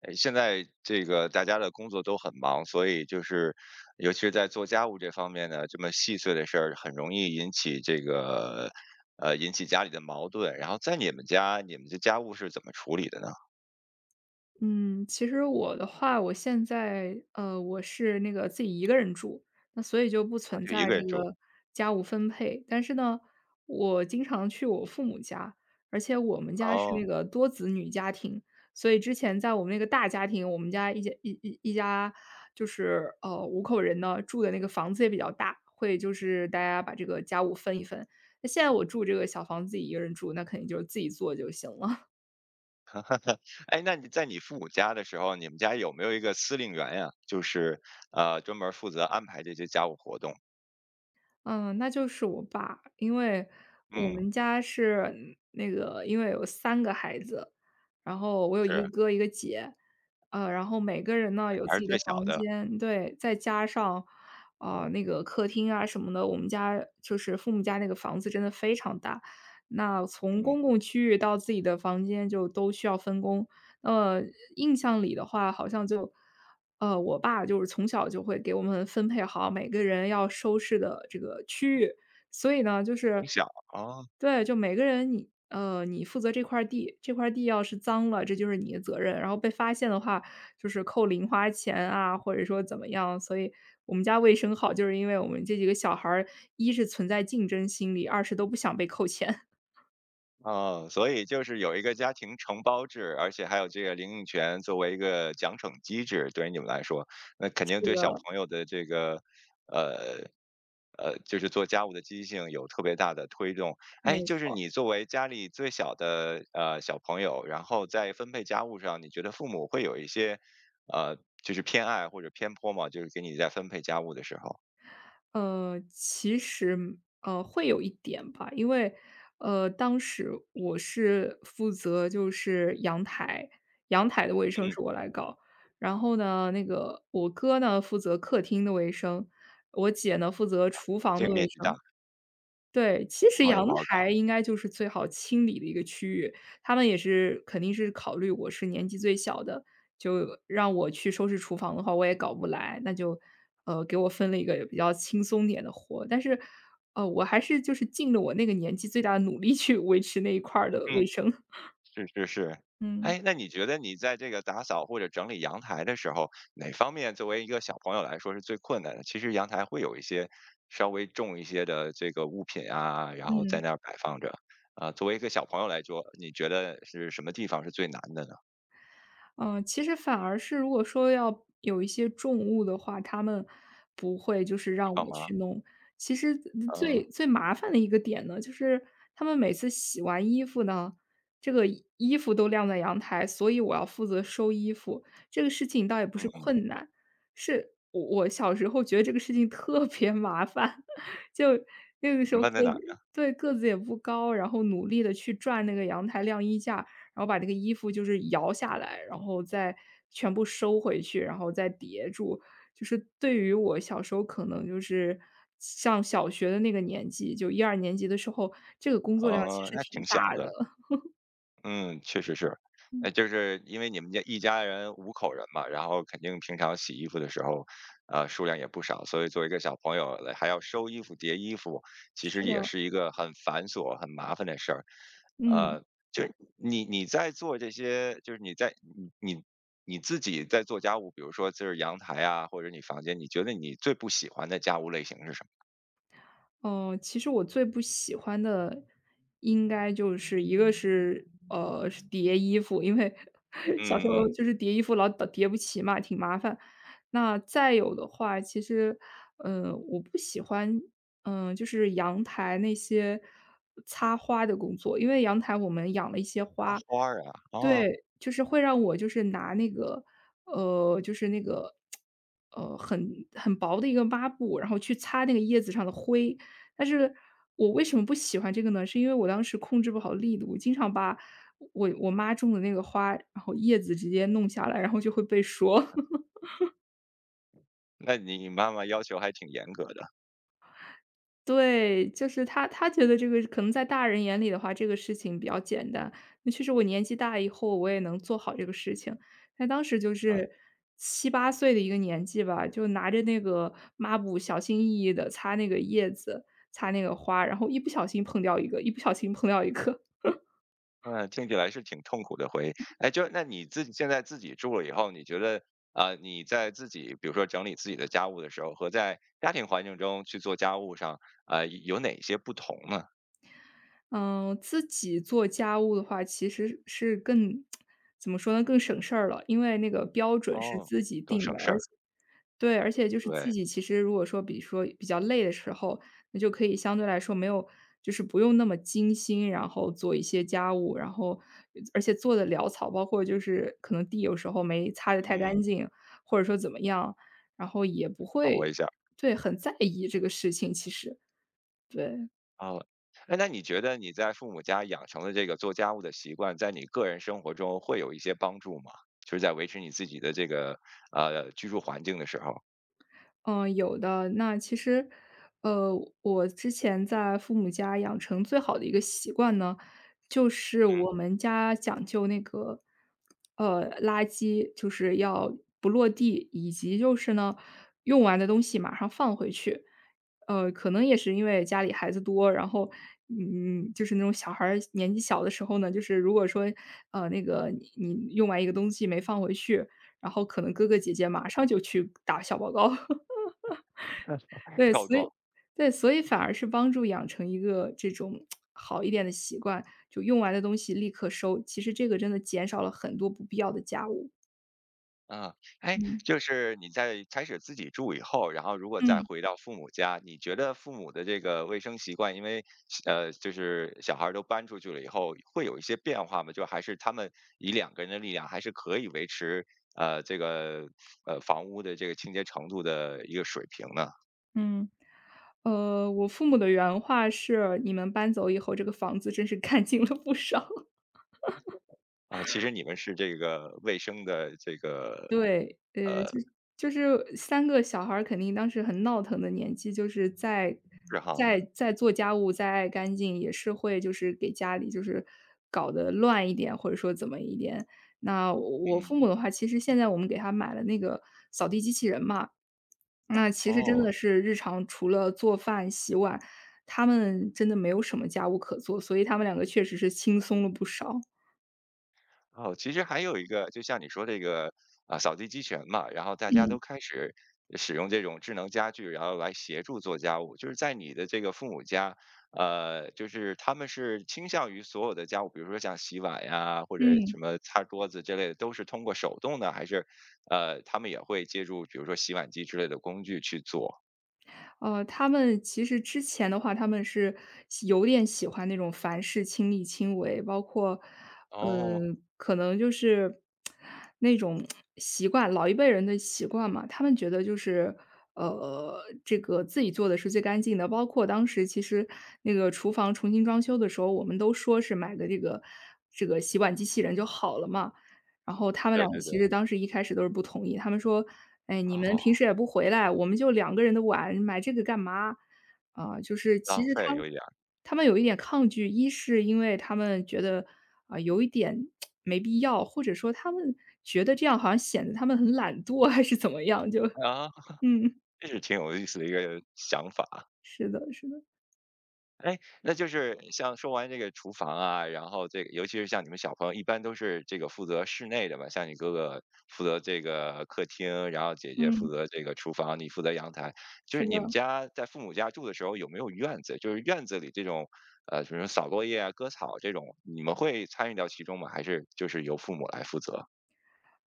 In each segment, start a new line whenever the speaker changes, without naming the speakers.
哎，现在这个大家的工作都很忙，所以就是尤其是在做家务这方面呢，这么细碎的事儿很容易引起家里的矛盾。然后在你们家，你们的家务是怎么处理的呢？
嗯，其实我的话，我现在我是那个自己一个人住，那所以就不
啊，
存
就一
在
个
这
人住。
个家务分配。但是呢，我经常去我父母家，而且我们家是
哦，
那个多子女家庭，所以之前在我们那个大家庭，我们家一家就是5口人呢，住的那个房子也比较大，会就是大家把这个家务分一分。那现在我住这个小房子自己一个人住，那肯定就是自己做就行了。
哎，那你在你父母家的时候，你们家有没有一个司令员呀？就是专门负责安排这些家务活动。
嗯，那就是我爸，因为我
嗯，
们家是那个，因为有3个孩子，然后我有一
是，
个哥一个姐，然后每个人呢
你
有自
还是
己的
最小
房
的，
间，对，再加上啊那个客厅啊什么的，我们家就是父母家那个房子真的非常大，那从
嗯，
公共区域到自己的房间就都需要分工。呃，印象里的话，好像就。呃，我爸就是从小就会给我们分配好每个人要收拾的这个区域，所以呢，就是
从小，哦。
对，就每个人你负责这块儿地，这块儿地要是脏了，这就是你的责任，然后被发现的话，就是扣零花钱啊，或者说怎么样。所以我们家卫生好，就是因为我们这几个小孩儿，一是存在竞争心理，二是都不想被扣钱。
哦，所以就是有一个家庭承包制，而且还有这个领用权作为一个奖惩机制，对于你们来说，那肯定
这
对小
个
朋友的这个，呃，就是做家务的积极性有特别大的推动。哎，
没
就是
错。
你作为家里最小的小朋友，然后在分配家务上，你觉得父母会有一些就是偏爱或者偏颇吗？就是给你在分配家务的时候，
其实，会有一点吧，因为，当时我是负责就是阳台，阳台的卫生
嗯，
是我来搞，然后呢，那个我哥呢负责客厅的卫生，我姐呢负责厨房
这
的
个面
卫
积大，
生。对，其
厨
实
房也
阳
不好搞，
台应该就是最好清理的一个区域，他们也是肯定是考虑我是年纪最小的，就让我去收拾厨房的话，我也搞不来，那就，给我分了一个比较轻松点的活。但是，我还是就是尽了我那个年纪最大的努力去维持那一块儿的卫
嗯。
生，
是是是，
嗯。
哎，那你觉得你在这个打扫或者整理阳台的时候，哪方面作为一个小朋友来说是最困难的？其实阳台会有一些稍微重一些的这个物品啊，然后在
嗯。
那儿摆放着。啊，作为一个小朋友来说，你觉得是什么地方是最难的呢？
嗯，其实反而是如果说要有一些重物的话，他们不会就是
会
让
帮
我
忙？
去弄。其实
嗯
最最麻烦的一个点呢，就是他们每次洗完衣服呢，这个衣服都晾在阳台，所以我要负责收衣服。这个事情倒也不是
嗯，
困难，是我小时候觉得这个事情特别麻烦，就那个时候
放在哪儿？
对，个子也不高，然后努力的去转那个阳台晾衣架，然后把这个衣服就是摇下来，然后再全部收回去，然后再叠住。就是对于我小时候可能就是上小学的那个年纪，就一二年级的时候，这个工作量其实
那
挺
挺小
大的。
的。嗯，确实是。哎，
嗯，
就是因为你们家一家人五口人嘛，然后肯定平常洗衣服的时候，数量也不少，所以作为一个小朋友来还要收衣服、叠衣服，其
是
实也
的，
是一个很繁琐、很麻烦的事儿。
嗯。
呃，就是你在做这些，就是你自己在做家务，比如说就是阳台啊，或者你房间，你觉得你最不喜欢的家务类型是什么？
嗯，其实我最不喜欢的应该就是一个是，是叠衣服，因为 小时
嗯嗯嗯，
候就是叠衣服老叠叠不齐嘛，挺麻烦。那再有的话，其实，我不喜欢，就是阳台那些擦花的工作，因为阳台我们养了一些
插
花，
花儿啊，哦，
对，就是会让我就是拿那个，就是那个，很很薄的一个抹布，然后去擦那个叶子上的灰。但是我为什么不喜欢这个呢？是因为我当时控制不好力度，经常把我妈种的那个花，然后叶子直接弄下来，然后就会被说。
那你妈妈要求还挺严格的，
对，就是他觉得这个可能在大人眼里的话，这个事情比较简单。那确实我年纪大以后，我也能做好这个事情。但当时就
嗯。
是七八岁的一个年纪吧，就拿着那个抹布小心翼翼的擦那个叶子，擦那个花，然后一不小心碰掉一个，一不小心碰掉一个。
嗯，听起来是挺痛苦的回忆。哎，就那你自己现在自己住了以后，你觉得你在自己比如说整理自己的家务的时候，和在家庭环境中去做家务上，有哪些不同呢？
嗯，自己做家务的话，其实是更 怎么说呢，更省事儿了，因为那个标准是
哦，
自己
更
定
省
的，
事
而
儿，
且对，而且就是自
对，
己其实如果说，比如说比较累的时候，那就可以相对来说没有就是不用那么精心，然后做一些家务，然后而且做的潦草，包括就是可能地有时候没擦的太
嗯，
干净，或者说怎么样，然后也不
我一
会
下
对，很在意这个事情，其实，对。
哦。哎，那你觉得你在父母家养成的这个做家务的习惯，在你个人生活中会有一些帮助吗？就是在维持你自己的这个居住环境的时候，
嗯，有的。那其实，呃，我之前在父母家养成最好的一个习惯呢，就是
嗯，
我们家讲究那个，垃圾就是要不落地，以及就是呢，用完的东西马上放回去。可能也是因为家里孩子多，然后，就是那种小孩儿年纪小的时候呢，就是如果说，那个你用完一个东西没放回去，然后可能哥哥姐姐马上就去打小报告。对，
告
所
状。
以对，所以反而是帮助养成一个这种好一点的习惯，就用完的东西立刻收，其实这个真的减少了很多不必要的家务。
啊，哎，
嗯，
就是你在开始自己住以后，然后如果再
嗯。
回到父母家，你觉得父母的这个卫生习惯，因为就是小孩儿都搬出去了以后，会有一些变化吗？就还是他们以两个人的力量，还是可以维持这个房屋的这个清洁程度的一个水平呢？
嗯。我父母的原话是：“你们搬走以后，这个房子真是干净了不少。”
啊，其实你们是这个卫生的这个
对，
呃
就是三个小孩儿肯定当时很闹腾的年纪，就是在
嗜好，
在在做家务、在爱干净，也是会就是给家里就是搞得乱一点，或者说怎么一点。那我父
嗯，
母的话，其实现在我们给他买了那个扫地机器人嘛，那其实真
哦，
的是日常除了做饭、洗碗，他们真的没有什么家务可做，所以他们两个确实是轻松了不少。
哦，其实还有一个，就像你说这个啊，扫地机器人嘛，然后大家都
嗯，
开始使用这种智能家具，然后来协助做家务。就是在你的这个父母家，就是他们是倾向于所有的家务，比如说像洗碗呀，或者
嗯。
什么擦桌子之类的，都是通过手动的，还是他们也会借助比如说洗碗机之类的工具去做？
他们其实之前的话，他们是有点喜欢那种凡事亲力亲为，包括，呃，
哦，
可能就是那种习惯，老一辈人的习惯嘛，他们觉得就是，这个自己做的是最干净的。包括当时其实那个厨房重新装修的时候，我们都说是买的这个洗碗机器人就好了嘛，然后他们
对
两个
对对，
其实当时一开始都是不同意，他们说：“哎，你们
哦，
平时也不回来，我们就两个人的碗，买这个干嘛？”啊，就是其
浪
实他
费有一点
他们有一点抗拒，一是因为他们觉得，啊，有一点没必要，或者说他们觉得这样好像显得他们很懒惰还是怎么样，就
儿啊，
嗯，
这是挺有意思的一个想法。
是的，是的，
哎，那就是像说完这个厨房啊，然后这个尤其是像你们小朋友，一般都是这个负责室内的嘛，像你哥哥负责这个客厅，然后姐姐负
嗯，
责这个厨房，你负责阳台。就是
是
你们
的。
家在父母家住的时候，有没有院子？就是院子里这种，比如说扫落叶啊、割草这种，你们会参与到其中吗？还是就是由父母来负责？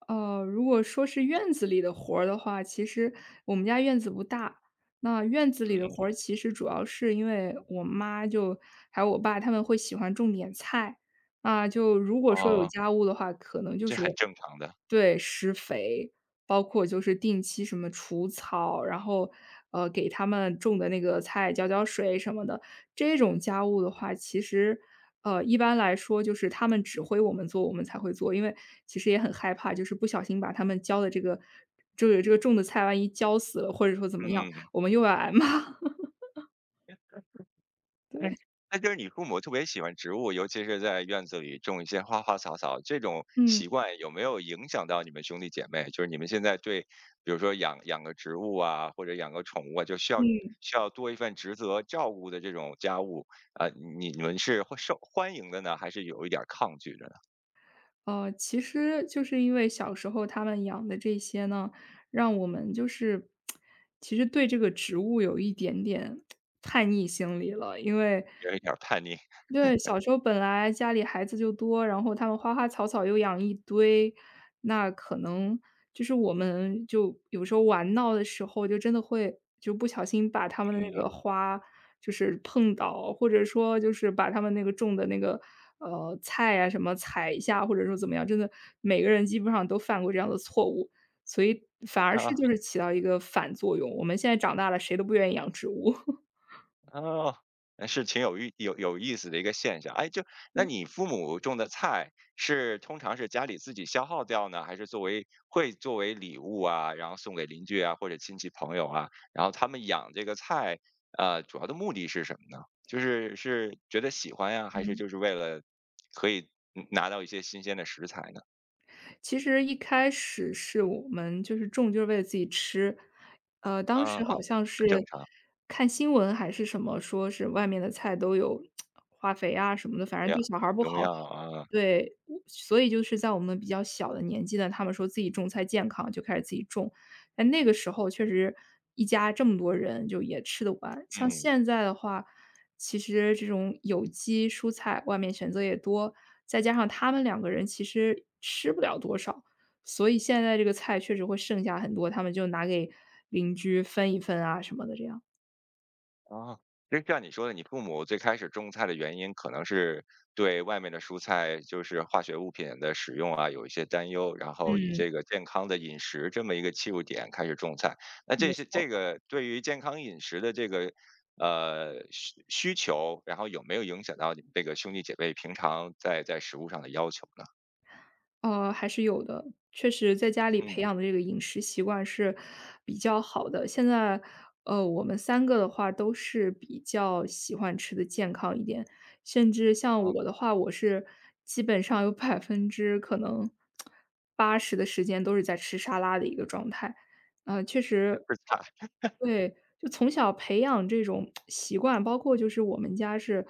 如果说是院子里的活儿的话，其实我们家院子不大。那院子里的活
嗯，
儿，其实主要是因为我妈就还有我爸他们会喜欢种点菜，啊，就如果说有
哦，
家务的话，可能就
这
是
很正常的。
对，施肥，包括就是定期什么除草，然后，给他们种的那个菜浇浇水什么的。这种家务的话，其实，一般来说就是他们指挥我们做，我们才会做。因为其实也很害怕，就是不小心把他们浇的这个种的菜，万一浇死了，或者说怎么样，
嗯。嗯
我们又要挨骂。对，
哎，那就是你父母特别喜欢植物，尤其是在院子里种一些花花草草，这种
嗯，
习惯有没有影响到你们兄弟姐妹？就是你们现在对，比如说养养个植物啊，或者养个宠物啊，就需要
嗯。
需要多一份职责照顾的这种家务啊、呃你们是会受欢迎的呢，还是有一点儿抗拒的呢？
其实就是因为小时候他们养的这些呢，让我们其实对这个植物有一点点叛逆心理了，因为
有一点儿叛逆？
对，小时候本来家里孩子就多，然后他们花花草草又养一堆，那可能就是我们就有时候玩闹的时候，就真的会就不小心把他们的那
嗯，
个花就是碰倒，或者说就是把他们那个种的那个菜啊什么踩一下，或者说怎么样，真的每个人基本上都犯过这样的错误，所以反 而是
好。
就是起到一个反作用。我们现在长大了，谁都不愿意养植物。
哦，那是挺有意思的一个现象。哎，就那你父母种的菜是通常是家里自己消耗掉呢，还是作为会作为礼物啊，然后送给邻居啊或者亲戚朋友啊？然后他们养这个菜，主要的目的是什么呢？就是是觉得喜欢呀，还是
嗯。
就是为了可以拿到一些新鲜的食材呢？
其实一开始是我们就是种就是为了自己吃，当
啊啊，
时好像是
很正常，
看新闻还是什么，说是外面的菜都有化肥啊什么的，反正
农药
对小孩儿不
农
好。
药啊，
对，所以就是在我们比较小的年纪呢，他们说自己种菜健康，就开始自己种。但那个时候确实一家这么多人就也吃得完。像
嗯。
现在的话，其实这种有机蔬菜外面选择也多，再加上他们两个人其实吃不了多少，所以现在这个菜确实会剩下很多，他们就拿给邻居分一分啊什么的这样。
啊，就像你说的，你父母最开始种菜的原因，可能是对外面的蔬菜，就是化学物品的使用啊，有一些担忧，然后以
嗯，
这个健康的饮食这么一个切入点开始种菜。那这
没
些这
错。
个对于健康饮食的这个需求，然后有没有影响到你们这个兄弟姐妹平常在食物上的要求呢？
还是有的。确实在家里
嗯，
培养的这个饮食习惯是比较好的。现在，我们三个的话都是比较喜欢吃的健康一点，甚至像
哦，
我的 话，我是基本上有百分之可能80的时间都是在吃沙拉的一个状态。确
那
实
吃菜，
对，就从小培养这种习惯，包括就是我们家是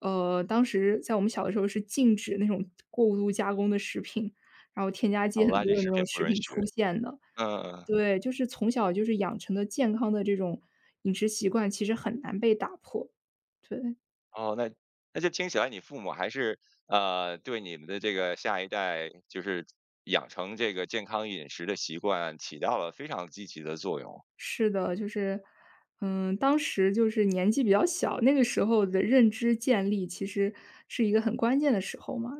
当时在我们小的时候是禁止那种过度加工的食品，然后添加
哦，
剂很
垃圾
多的
食
那
品
种
不
食
允
品
许。
出现的。
嗯。嗯嗯
对，就是从小就是养成的健康的这种饮食习惯，其实很难被打破。对，
哦，那就听起来你父母还是对你们的这个下一代，就是养成这个健康饮食的习惯，起到了非常积极的作用。
是的，就是，嗯，当时就是年纪比较小，那个时候的认知建立其实是一个很关键的时候嘛。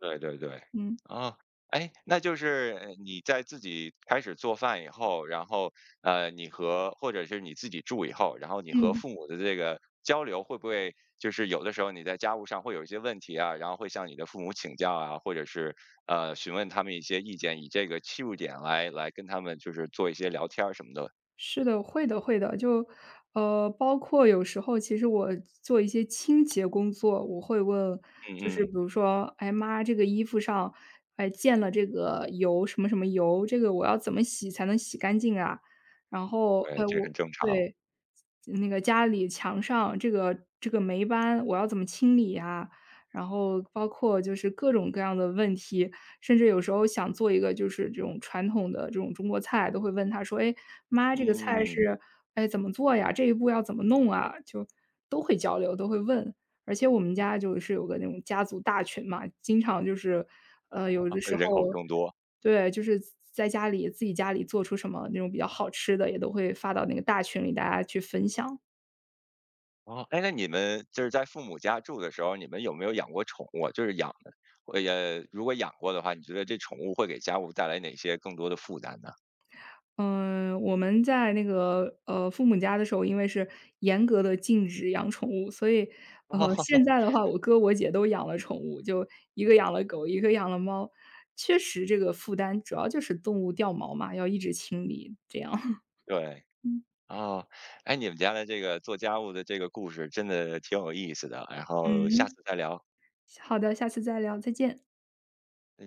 对对对，
嗯
啊，哎，那就是你在自己开始做饭以后，然后或者是你自己住以后，然后你和
嗯。
父母的这个交流，会不会就是有的时候你在家务上会有一些问题啊，然后会向你的父母请教啊，或者是询问他们一些意见，以这个切入点来跟他们就是做一些聊天儿什么的。
是的，会的。就包括有时候其实我做一些清洁工作，我会问，
嗯
就是
嗯，
比如说，哎妈，这个衣服上，哎溅了这个油，什么什么油，这个我要怎么洗才能洗干净啊？然后，
对，
哎
这很
我
正常。
对，那个家里墙上这个霉斑，我要怎么清理呀？然后包括就是各种各样的问题，甚至有时候想做一个就是这种传统的这种中国菜，都会问他说：“哎，妈，这个菜
嗯，
是哎怎么做呀？这一步要怎么弄啊？”就都会交流，都会问。而且我们家就是有个那种家族大群嘛，经常就是有
啊
的时
人口
候
众多。
对，就是在家里自己家里做出什么那种比较好吃的，也都会发到那个大群里，大家去分享。
哦，哎，那你们就是在父母家住的时候，你们有没有养过宠物啊就是养的，也如果养过的话，你觉得这宠物会给家务带来哪些更多的负担呢？
嗯，我们在那个，父母家的时候，因为是严格的禁止养宠物，所以，
哦
现在的话，我哥我姐都养了宠物，就一个养了狗，一个养了猫。确实这个负担主要就是动物掉毛嘛，要一直清理这样。
对，哦，哎，你们家的这个做家务的这个故事真的挺有意思的，然 后下
嗯，
次再聊。
好的，下次再聊，再见。